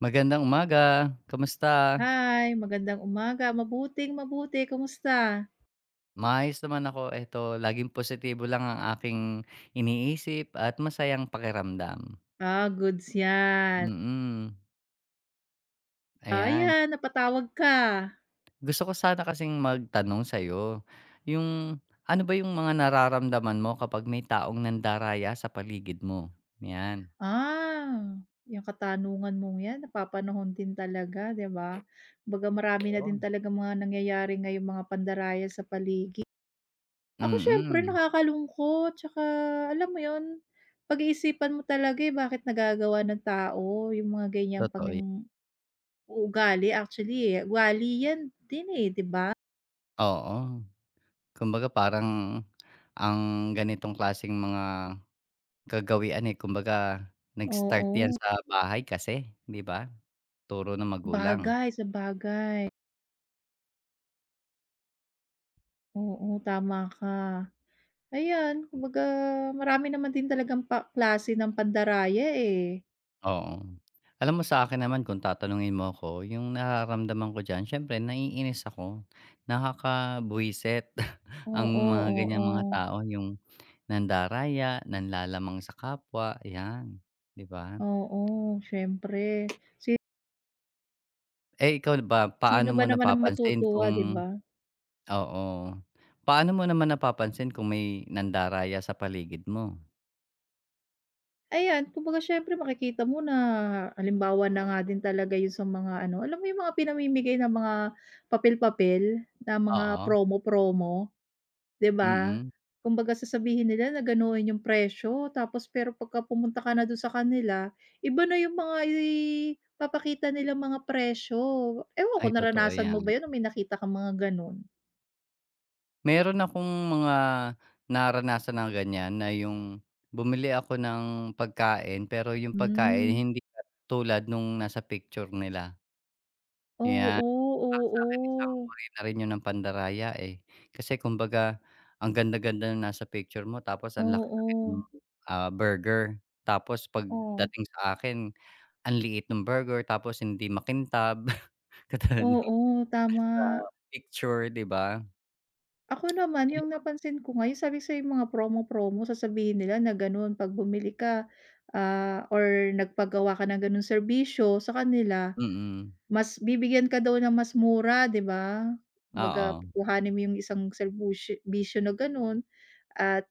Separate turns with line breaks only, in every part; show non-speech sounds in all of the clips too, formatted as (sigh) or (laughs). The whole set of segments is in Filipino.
Magandang umaga, kamusta?
Hi, magandang umaga. Mabuting mabuti, kumusta?
Maayos naman ako, eto laging positibo lang ang aking iniisip at masayang pakiramdam.
Ah, goods 'yan.
Mm,
Ah,
ayan.
ayan napatawag ka.
Gusto ko sana kasing magtanong sa'yo, yung ano ba yung mga nararamdaman mo kapag may taong nandaraya sa paligid mo? 'Yan.
Ah, yung katanungan mong 'yan napapanahon din talaga, 'di ba? Kumbaga marami na
Oo.
din talagang mga nangyayari ngayong mga pandaraya sa paligid. Ako siyempre
Mm,
nakakalungkot, tsaka alam mo yon? Pag-iisipan mo talaga, eh, bakit nagagawa ng tao yung mga ganiyang
totoo yan.
panging uugali actually, eh, ugali 'yan din, eh, 'di ba?
Oo, kumbaga parang ang ganitong klaseng mga kagawian, eh, kumbaga nag-start
Oo.
'yan sa bahay kasi, 'di ba? Turo ng magulang,
Bagay, sabagay. Oo, tama ka. Ayan, kumbaga marami naman din talagang pa klase ng pandaraya, eh.
oo. Alam mo, sa'kin naman kung tatanungin mo ako, yung nararamdaman ko diyan siyempre naiinis ako, nakakabuwiset (laughs) ang
Oo,
mga ganiyang mga
oo.
tao, yung nandaraya, nanlalamang sa kapwa, 'yan, 'di ba?
Oo, siyempre.
Eh, ikaw ba,
Sino
paano
ba
mo
naman ang
napapansin
matutuwa, 'di
kung
ba?
oo, paano mo naman napapansin kung may nandaraya sa paligid mo?
Ayan, kumbaga siyempre makikita mo na halimbawa na nga din talaga 'yun sa mga ano, alam mo 'yung mga pinamimigay na mga papel-papel na mga
Oo,
promo-promo? 'Di ba?
mm.
Kumbaga sasabihin nila na ganoon yung presyo tapos pero pagka pumunta ka na dun sa kanila, iba na yung mga ipapakita nilang mga presyo. Ewan ko
Ay totoo
naranasan mo
yan.
ba yun o may nakita kang mga ganon?
Meron akong mga naranasan na ganyan na yung bumili ako ng pagkain, pero yung pagkain
Hmm,
hindi katulad nung nasa picture nila, yan.
Oo,
Para sa akin isang
oo.
uri na rin yun ng pandaraya, eh. Kasi kumbaga ang ganda-ganda ng nasa picture mo tapos ang laki-laki
Oo,
nung, burger. Tapos
oh,
pagdating sa akin ang liit ng burger tapos hindi makintab (laughs) katulad nung
oo, tama.
sa picture, 'di ba?
Ako naman yung napansin ko nga yung sabi ko sa'yo yung mga promo-promo sasabihin nila na ganun 'pag bumili ka, ah, or nagpagawa ka ng ganung serbisyo sa kanila,
Mm,
mas bibigyan ka daw ng mas mura, 'di ba? Kumbaga
oo.
kukuhanin mo yung isang serbisyo na gano'n at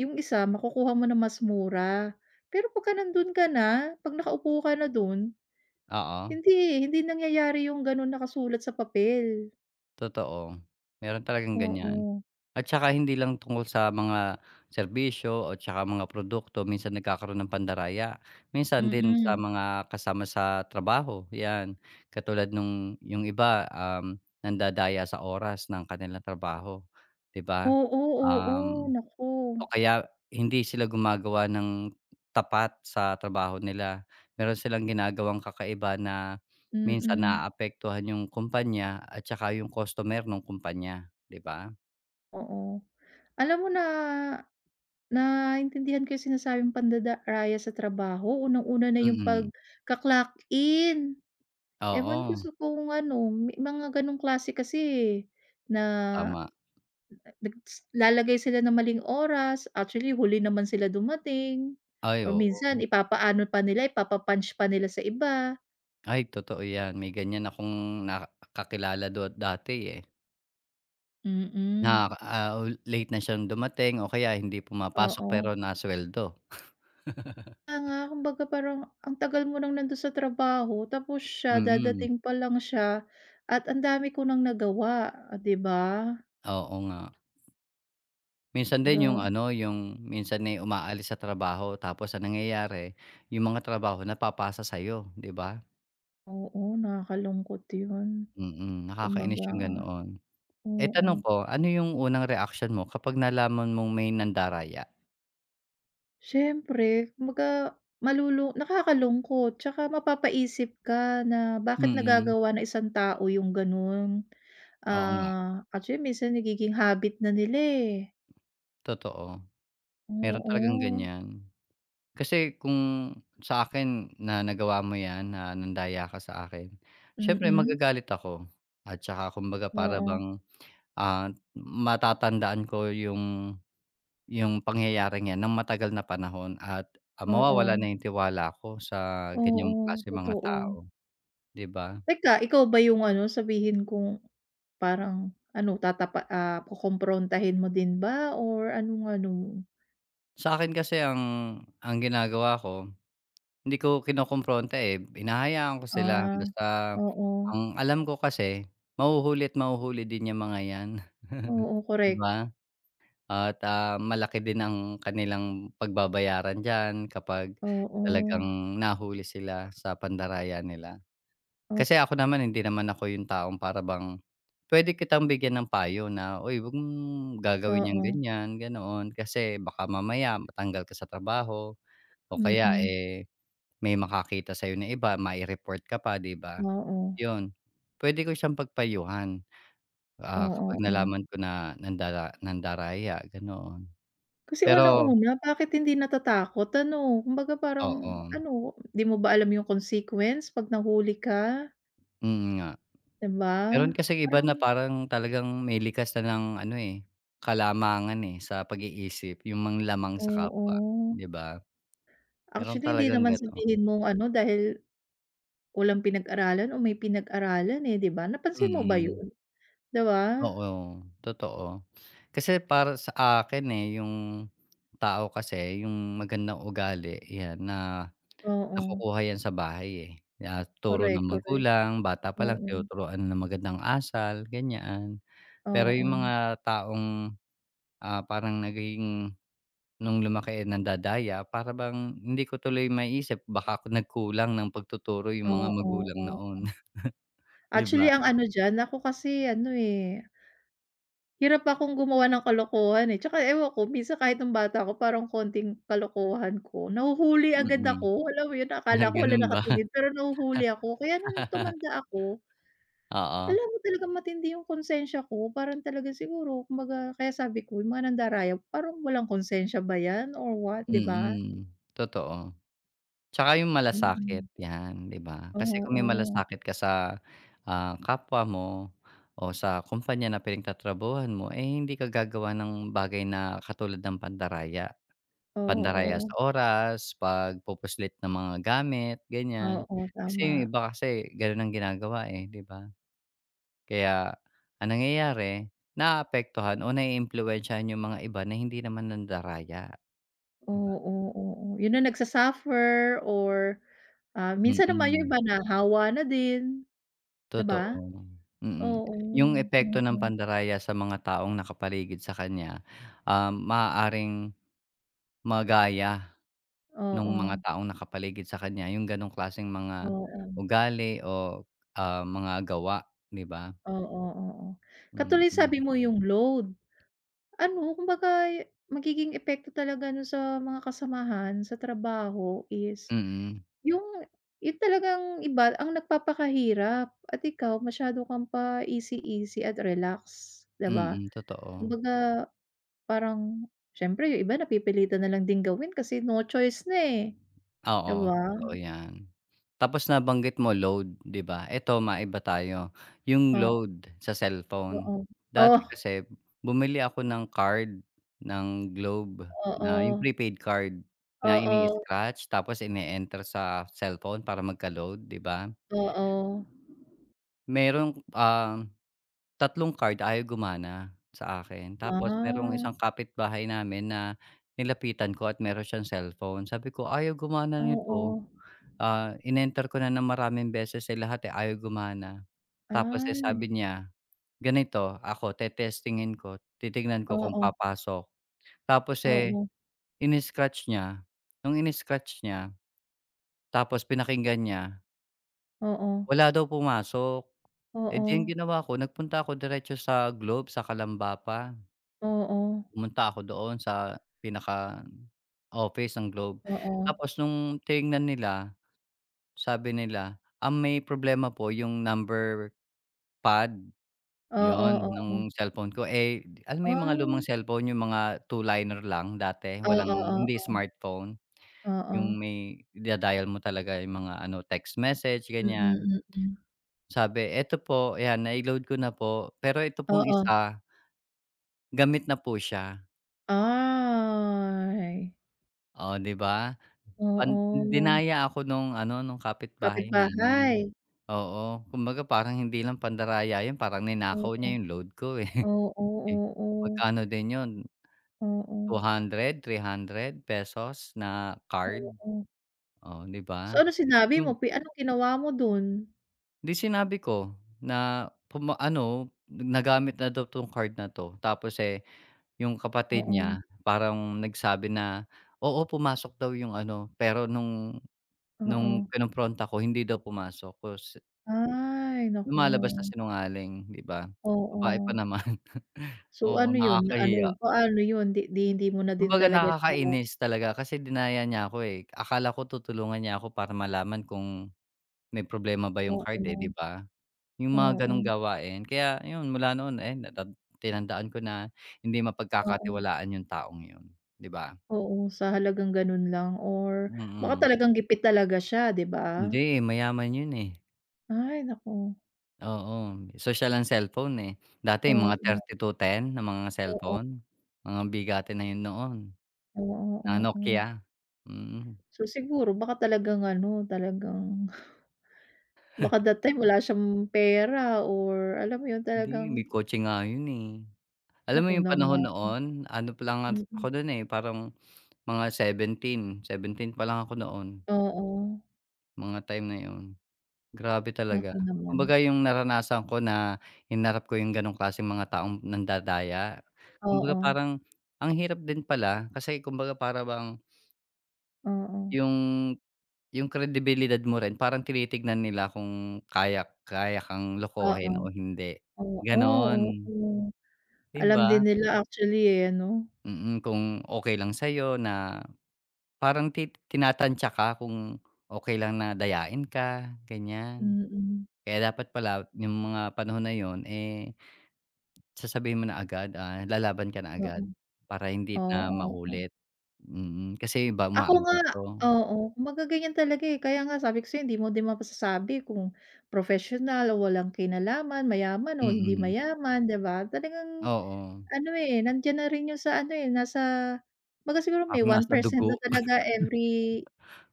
yung isa makukuha mo na mas mura. Pero pagka nandun ka na, 'pag nakaupo ka na dun,
Oo,
hindi, eh, hindi nangyayari yung gano'n nakasulat sa papel.
totoo. Meron talagang ganyan.
Oo,
At saka hindi lang tungkol sa mga serbisyo o tsaka mga produkto, minsan nagkakaroon ng pandaraya. Minsan din sa
mm.
mga kasama sa trabaho, 'yan. Katulad nung yung iba, nandadaya sa oras ng kanilang trabaho, 'di ba?
Oo, oo,
Um
naku,
O kaya hindi sila gumagawa ng tapat sa trabaho nila. Meron silang ginagawang kakaiba na minsan
mm,
naaapektuhan yung kumpanya at saka yung customer nung kumpanya, 'di ba?
oo. Alam mo na naintindihan ko yung sinasabing pandada raya sa trabaho. Unang-una na yung
Mm,
pagka-clock in. Ewan ko
oo,
sa kung ano, may mga gano'ng klase kasi, eh, na
tama.
lalagay sila ng maling oras, actually huli naman sila dumating
Ay,
or
oo.
minsan ipapaano pa nila, ipapa-punch pa nila sa iba,
Ay, totoo 'yan. May ganyan akong kakilala do dati, eh,
mm.
na, late na siyang dumating o kaya hindi pumapasok
Oo.
pero nasuweldo.
Kaya nga kumbaga parang ang tagal mo nang nando'n sa trabaho tapos siya
Mm,
dadating pa lang siya at ang dami ko nang nagawa, ah, 'di ba?
oo nga. Minsan
Ga
din yung ano, yung minsan may umaalis sa trabaho tapos ang nangyayari yung mga trabaho napapasa sa'yo, 'di ba?
Oo, nakakalungkot 'yun.
Mm,
Kumbaga
nakakainis yung ganoon. Eh, tanong
oo.
ko, ano yung unang reaksyon mo kapag nalaman mong may nandaraya?
Siyempre, kumbaga nakakalungkot tsaka mapapaisip ka na bakit
Mm,
nagagawa ng isang tao yung gano'n.
oo nga,
Ah, actually minsan nagiging habit na nila, eh.
totoo. Meron talagang
Oo,
ganyan. Kasi kung sa akin na nagawa mo 'yan, na nandaya ka sa akin, siyempre
mm.
magagalit ako at saka kumbaga para
Oo,
bang, ah, matatandaan ko yung pangyayaring 'yan ng matagal na panahon at, mawawala
oo,
na yung tiwala ko sa ganiyang
oo,
klase mga
totoo.
tao, 'di ba?
Teka, ikaw ba yung ano, sabihin kung parang ano ah, kukumprontahin mo din ba or anong ano mo?
Sa'kin kasi ang ginagawa ko, hindi ko kinokompronta, eh, hinahayaan ko sila
Ah,
basta
oo,
ang alam ko kasi mahuhuli at mahuhuli din yang mga 'yan,
oo,
(laughs) 'di
korek.
ba? At, malaki din ang kanilang pagbabayaran diyan kapag
Oo,
talagang nahuli sila sa pandaraya nila. Kasi ako naman hindi naman ako yung taong para bang puwede kitang bigyan ng payo na, "Uy, 'wag mong
o
gagawin yung
oo.
ganyan, ganoon, kasi baka mamaya matanggal ka sa trabaho o kaya,
Mm,
eh, may makakita sa'yo na iba, mai-report ka pa." 'Di ba?
oo.
'Yun, pwede ko siyang pagpayuhan,
Oo,
kapag
oo.
nalaman ko na nandaraya, ganoon.
Kasi
Pero
unang-una bakit hindi natatakot ano, kumbaga parang
oo,
ano, 'di mo ba alam yung consequence 'pag nahuli ka,
mm nga.
'di ba?
Meron kasing iba
Parang
na parang talagang may likas na ng ano, eh, kalamangan, eh, sa pag-iisip, yung manglamang sa kapwa,
oo.
'di ba? Meron
Actually hindi
talagang
naman
gano'n,
sabihin mong ano dahil walang pinag-aralan o may pinag-aralan, eh, 'di ba? Napansin mo ba
mm.
yun, 'di ba?
Oo, totoo. Kasi para sa akin, eh, yung tao kasi yung magandang ugali 'yan na
Oo,
nakukuha 'yan sa bahay, eh. Ah, turo ng
correct, correct.
magulang, bata pa lang
Oo,
tinuturuan ng magandang asal, ganyan. Pero yung
oo,
mga taong, parang nung lumaki, eh, nandadaya para bang hindi ko tuloy maisip baka ako nagkulang ng pagtuturo yung mga
oo,
magulang
oo.
noon, (laughs) 'di
Actually
ba?
ang ano diyan, ako kasi ano, eh, hirap akong gumawa ng kalokohan, eh, tsaka ewan ko minsan kahit nung bata ako parang konting kalokohan ko nahuhuli
Mm.
agad ako,
(laughs)
alam mo yun
Ah,
akala ko wala
ganon ba?
nakatingin pero nahuhuli ako kaya nung tumanda ako,
Oo,
alam mo talagang matindi yung konsensya ko parang talaga siguro kumbaga kaya sabi ko yung mga nandaraya parang walang konsensya ba yan or what 'di ba?
mm, totoo. Tsaka yung malasakit,
Mm.
'yan, 'di ba? Kasi kung may
Oo,
malasakit ka sa, kapwa mo o sa kumpanya na pinagtatrabahuhan mo, eh, hindi ka gagawa ng bagay na katulad ng pandaraya. Pandaraya
oo,
sa oras, pagpupuslit ng mga gamit, ganyan.
oo,
Kasi
tama.
yung iba kasi ganun ang ginagawa, eh, 'di ba? Kaya ang nangyayari, naaapektuhan o naiimpluwensyahan yung mga iba na hindi naman nandaraya, 'di ba?
Oo, oo, oo. Yun na nagsasuffer or, ah, minsan naman yung
Mm,
iba nahawa na din. 'Di ba?
totoo, mm.
Oo,
Yung epekto ng
mm.
pandaraya sa mga taong nakapaligid sa kanya, maaaring magaya nung
Oo,
mga taong nakapaligid sa kanya yung ganong klaseng mga
oo,
ugali o, mga gawa, 'di ba?
oo, oo. Katuloy sabi
Mm,
mo yung load, ano kumbaga magiging epekto talaga nun sa mga kasamahan sa trabaho is
mm,
yung yung talagang iba ang nagpapakahirap at ikaw masyado kang pa-easy-easy at relax, 'di ba?
mm, totoo.
Kumbaga parang siyempre yung iba napipilitan na lang din gawin kasi no choice na, eh, 'di
Oo,
ba?
totoo 'yan. Tapos nabanggit mo load, 'di ba? Eto maiba tayo, yung
Oo,
load sa cellphone.
oo. Oh,
Dati kasi bumili ako ng card ng Globe na
oo.
yung prepaid card na
Oo,
ini-scratch tapos ine-enter sa cellphone para magka-load, 'di ba?
oo.
Merong, tatlong card ayaw gumana sa akin. Tapos merong
Ah,
isang kapitbahay namin na nilapitan ko at meron siyang cellphone. Sabi ko, "Ayaw gumana
oo.
nito." Ah, inenter ko na ng maraming beses, eh, lahat, eh, ayaw gumana. Tapos, eh,
Ay,
sabi niya, "Ganito, ako tetestingin ko, titignan ko kung
oo,
papasok." Tapos, eh,
oo,
ini-scratch niya. Nung ini-scratch niya tapos pinakinggan niya,
oo,
wala daw pumasok. Eh, di ang
oo,
ginawa ko nagpunta ako diretso sa Globe, sa Calamba pa.
oo, oo.
Pumunta ako doon sa pinaka-office ng Globe.
Oo,
Tapos nung tinignan nila, sabi nila, ang may problema po yung number pad, yun,
oo.
nung cellphone ko. Eh, alam mo yung
Ah,
mga lumang cellphone, yung mga two-liner lang dati,
oo,
walang hindi
oo,
smartphone,
oo.
yung may ida-dial mo talaga yung mga ano, text message,
Mm, mm.
ganyan.
Mm, mm.
Sabi, "Eto po, 'yan, nai-load ko na po, pero ito pong
Oo.
isa, gamit na po siya."
Ay,
Oh, 'di ba? Pan
oo.
dinaya ako nung ano, nung kapitbahay namin.
Kapitbahay.
Oo, kumbaga parang hindi lang pandaraya yun, parang ninakaw
Oo,
niya yung load ko, eh.
oo,
(laughs)
oo, oo,
Magkano din yun,
oo.
200 300 pesos na card,
Oo.
oh, 'di
So,
ba?
anong sinabi mo
Yung
pi anong ginawa mo dun?
'di sinabi ko na puma ano, nagamit na daw 'tong card na 'to tapos, eh, yung kapatid
Oo,
niya parang nagsabi na, oo, pumasok daw yung ano, pero nung
oo.
kinompronta ko hindi daw pumasok. Tapos
Ay naku,
lumalabas na sinungaling, 'di ba? Babae pa
oo.
naman. (laughs)
So,
Oo,
ano yun, ano,
nakakahiya.
paano yun, 'di 'di hindi mo na din
Kumbaga
talaga siya
nakakainis talaga kasi dinaya niya ako, eh. Akala ko tutulungan niya ako para malaman kung may problema ba yung card, eh, 'di
oo,
ba? Yung mga
oo,
gano'ng gawain. Kaya yun, mula noon, eh, tinandaan ko na hindi
oo,
mapagkakatiwalaan yung taong yun, 'di ba?
oo, sa halagang ganun lang or
Mm.
baka
mm
talagang gipit talaga siya, 'di ba?
Hindi, eh, mayaman yun, eh.
Ay naku,
Oo, sosyal ang cellphone, eh. Dati mga
oo,
3210 na mga
oo, oo, oo.
cellphone, mga bigatin na yun noon. Na
Oo.
Nokia? Mm.
So, siguro baka talagang ano, talagang (laughs) baka that time wala siyang pera or alam mo yun,
Hindi,
talagang
may kotse nga yun, eh. Alam mo
naku
yung panahon
naman,
noon, ano pa lang at
mm.
ako
Mm.
nun, eh, parang mga seventeen pa lang ako noon,
Oo,
mga time na yun. Grabe talaga.
naku naman,
Kumbaga yung naranasan ko na hinarap ko yung ganong klaseng mga taong nandadaya,
oo.
kumbaga parang ang hirap din pala kasi kumbaga para bang
Oo,
yung yung kredibilidad mo rin parang tinitignan nila kung kaya kaya kang
oo,
lokohin o hindi,
oo,
gano'n.
oo.
'Di
Alam din
ba?
nila actually, eh, ano?
Mm, kung okey lang sa'yo na parang tinatantya ka kung okey lang na dayain ka, ganyan.
Mm,
Kaya dapat pala yung mga panahon na yun, eh, sasabihin mo na agad, lalaban ka na agad
oo,
para hindi na
oo, oo.
maulit. Mm, kasi iba
Ako nga
umaabuso.
oo, kumbaga ganyan talaga, eh, kaya nga sabi ko sa'yo hindi mo din mapasasabi kung professional o walang kinalaman, mayaman o hindi
Mm,
mayaman, 'di ba? Talagang
oo,
ano, eh, nandiyan na rin 'yun sa ano, eh, nasa kumbaga siguro may
parang
one
nasa
percent na
dugo.
talaga every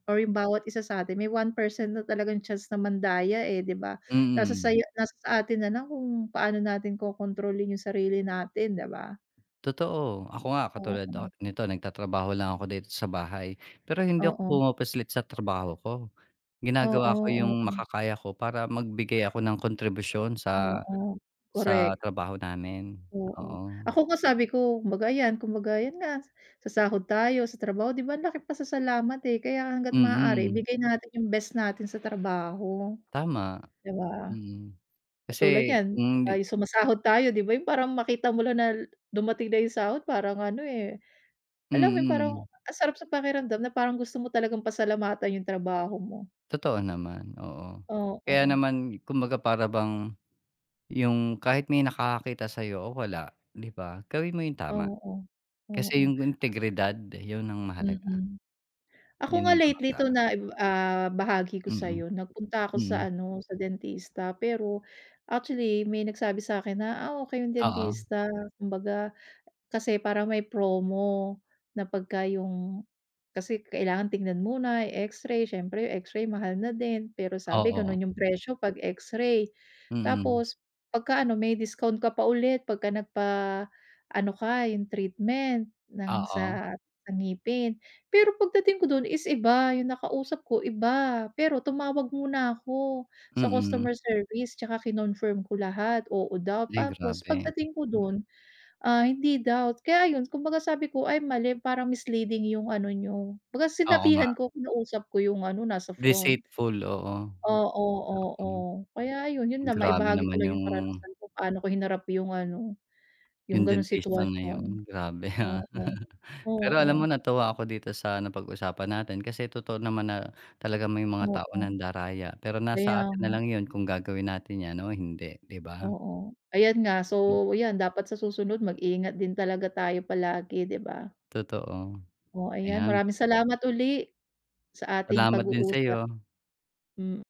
or yung bawat isa sa atin, may 1% na talagang chance na mandaya, eh, 'di ba?
Mm.
Nasa sa atin na lang kung paano natin kokontrolin yung sarili natin, 'di ba?
Totoo. Ako nga
Oo,
katulad nito nagtatrabaho lang ako dito sa bahay, pero hindi ako
oo.
pumapaslit sa trabaho ko. Ginagawa
Oo,
ko
oo,
yung makakaya ko para magbigay ako ng kontribusyon sa
oo.
sa
Correct,
trabaho namin,
oo.
oo.
Ako nga sabi ko, kumbaga ayan, kumbaga yun nga, sasahod tayo sa trabaho, 'di ba ang laki pasasalamat, eh, kaya hangga't maaari
Mm,
ibigay natin yung best natin sa trabaho,
tama,
'di ba?
mm. Kasi
Katulad niyan,
kung
pagka
hindi
yung sumasahod tayo 'di ba, yung parang makita mo lang na dumating na yung sahod parang ano, eh, alam mo yun parang
mm,
ang sarap sa pakiramdam na parang gusto mo talagang pasalamatan yung trabaho mo.
totoo naman, oo. Kaya
Oo,
naman kumbaga para bang yung kahit may nakakakita sa'yo o wala, 'di ba, gawin mo yung tama.
oo,
Kasi
oo,
yung integridad yun ang mahalaga.
mm. Ako
Yun
nga
ang
lately
bata,
'to na, ah, bahagi ko sa
mm,
sa'yo nagpunta ako sa
mm.
ano, sa dentista pero actually may nagsabi sa akin na, "Ah, okay yung
Oo,
dentista." Kumbaga kasi parang may promo na pagka yung kasi kailangan tingnan muna yung X-ray, siyempre yung X-ray mahal na din, pero sabi
oo,
gano'n yung presyo 'pag X-ray.
mm,
Tapos pagka ano may discount ka pa ulit pagka nagpa-ano ka yung treatment ng
oo,
sa ngipin. Pero pagdating ko do'n is iba, yung nakausap ko iba, pero tumawag muna ako sa
mm.
customer service 'tsaka kinonfirm ko lahat, oo daw.
Ay
Tapos
grabe.
pagdating ko do'n ah, hindi doubt. Kaya ayun, kumbaga sabi ko, "Ay mali, parang misleading yung ano niyo." Kumbaga
Oo nga,
sinabihan ko, kinausap ko yung ano, nasa front.
deceitful, oo.
Oo, oo.
Mm,
Kaya ayun, yun lang,
grabe
maibahagi ko
naman
lang yung
yung
karanasan ko, paano ko hinarap yung ano, yung
yung
gano'ng
dentista na
sitwasyon.
yun, grabe, (laughs) ah.
Oo.
Pero
Oo,
alam mo natuwa ako dito sa napag-usapan natin kasi totoo naman na talagang may mga tao
oo.
ng daraya, pero
Kaya
nasa atin na
nga,
lang yun kung gagawin natin yan o hindi, 'di ba?
oo. Ayan nga, so
Hmm,
'yan, dapat sa susunod mag-ingat din talaga tayo palagi, 'di ba?
totoo.
Oh, ayan,
Ayan,
maraming salamat uli sa ating
salamat din
pag-uusap.
sa'yo.
Mm.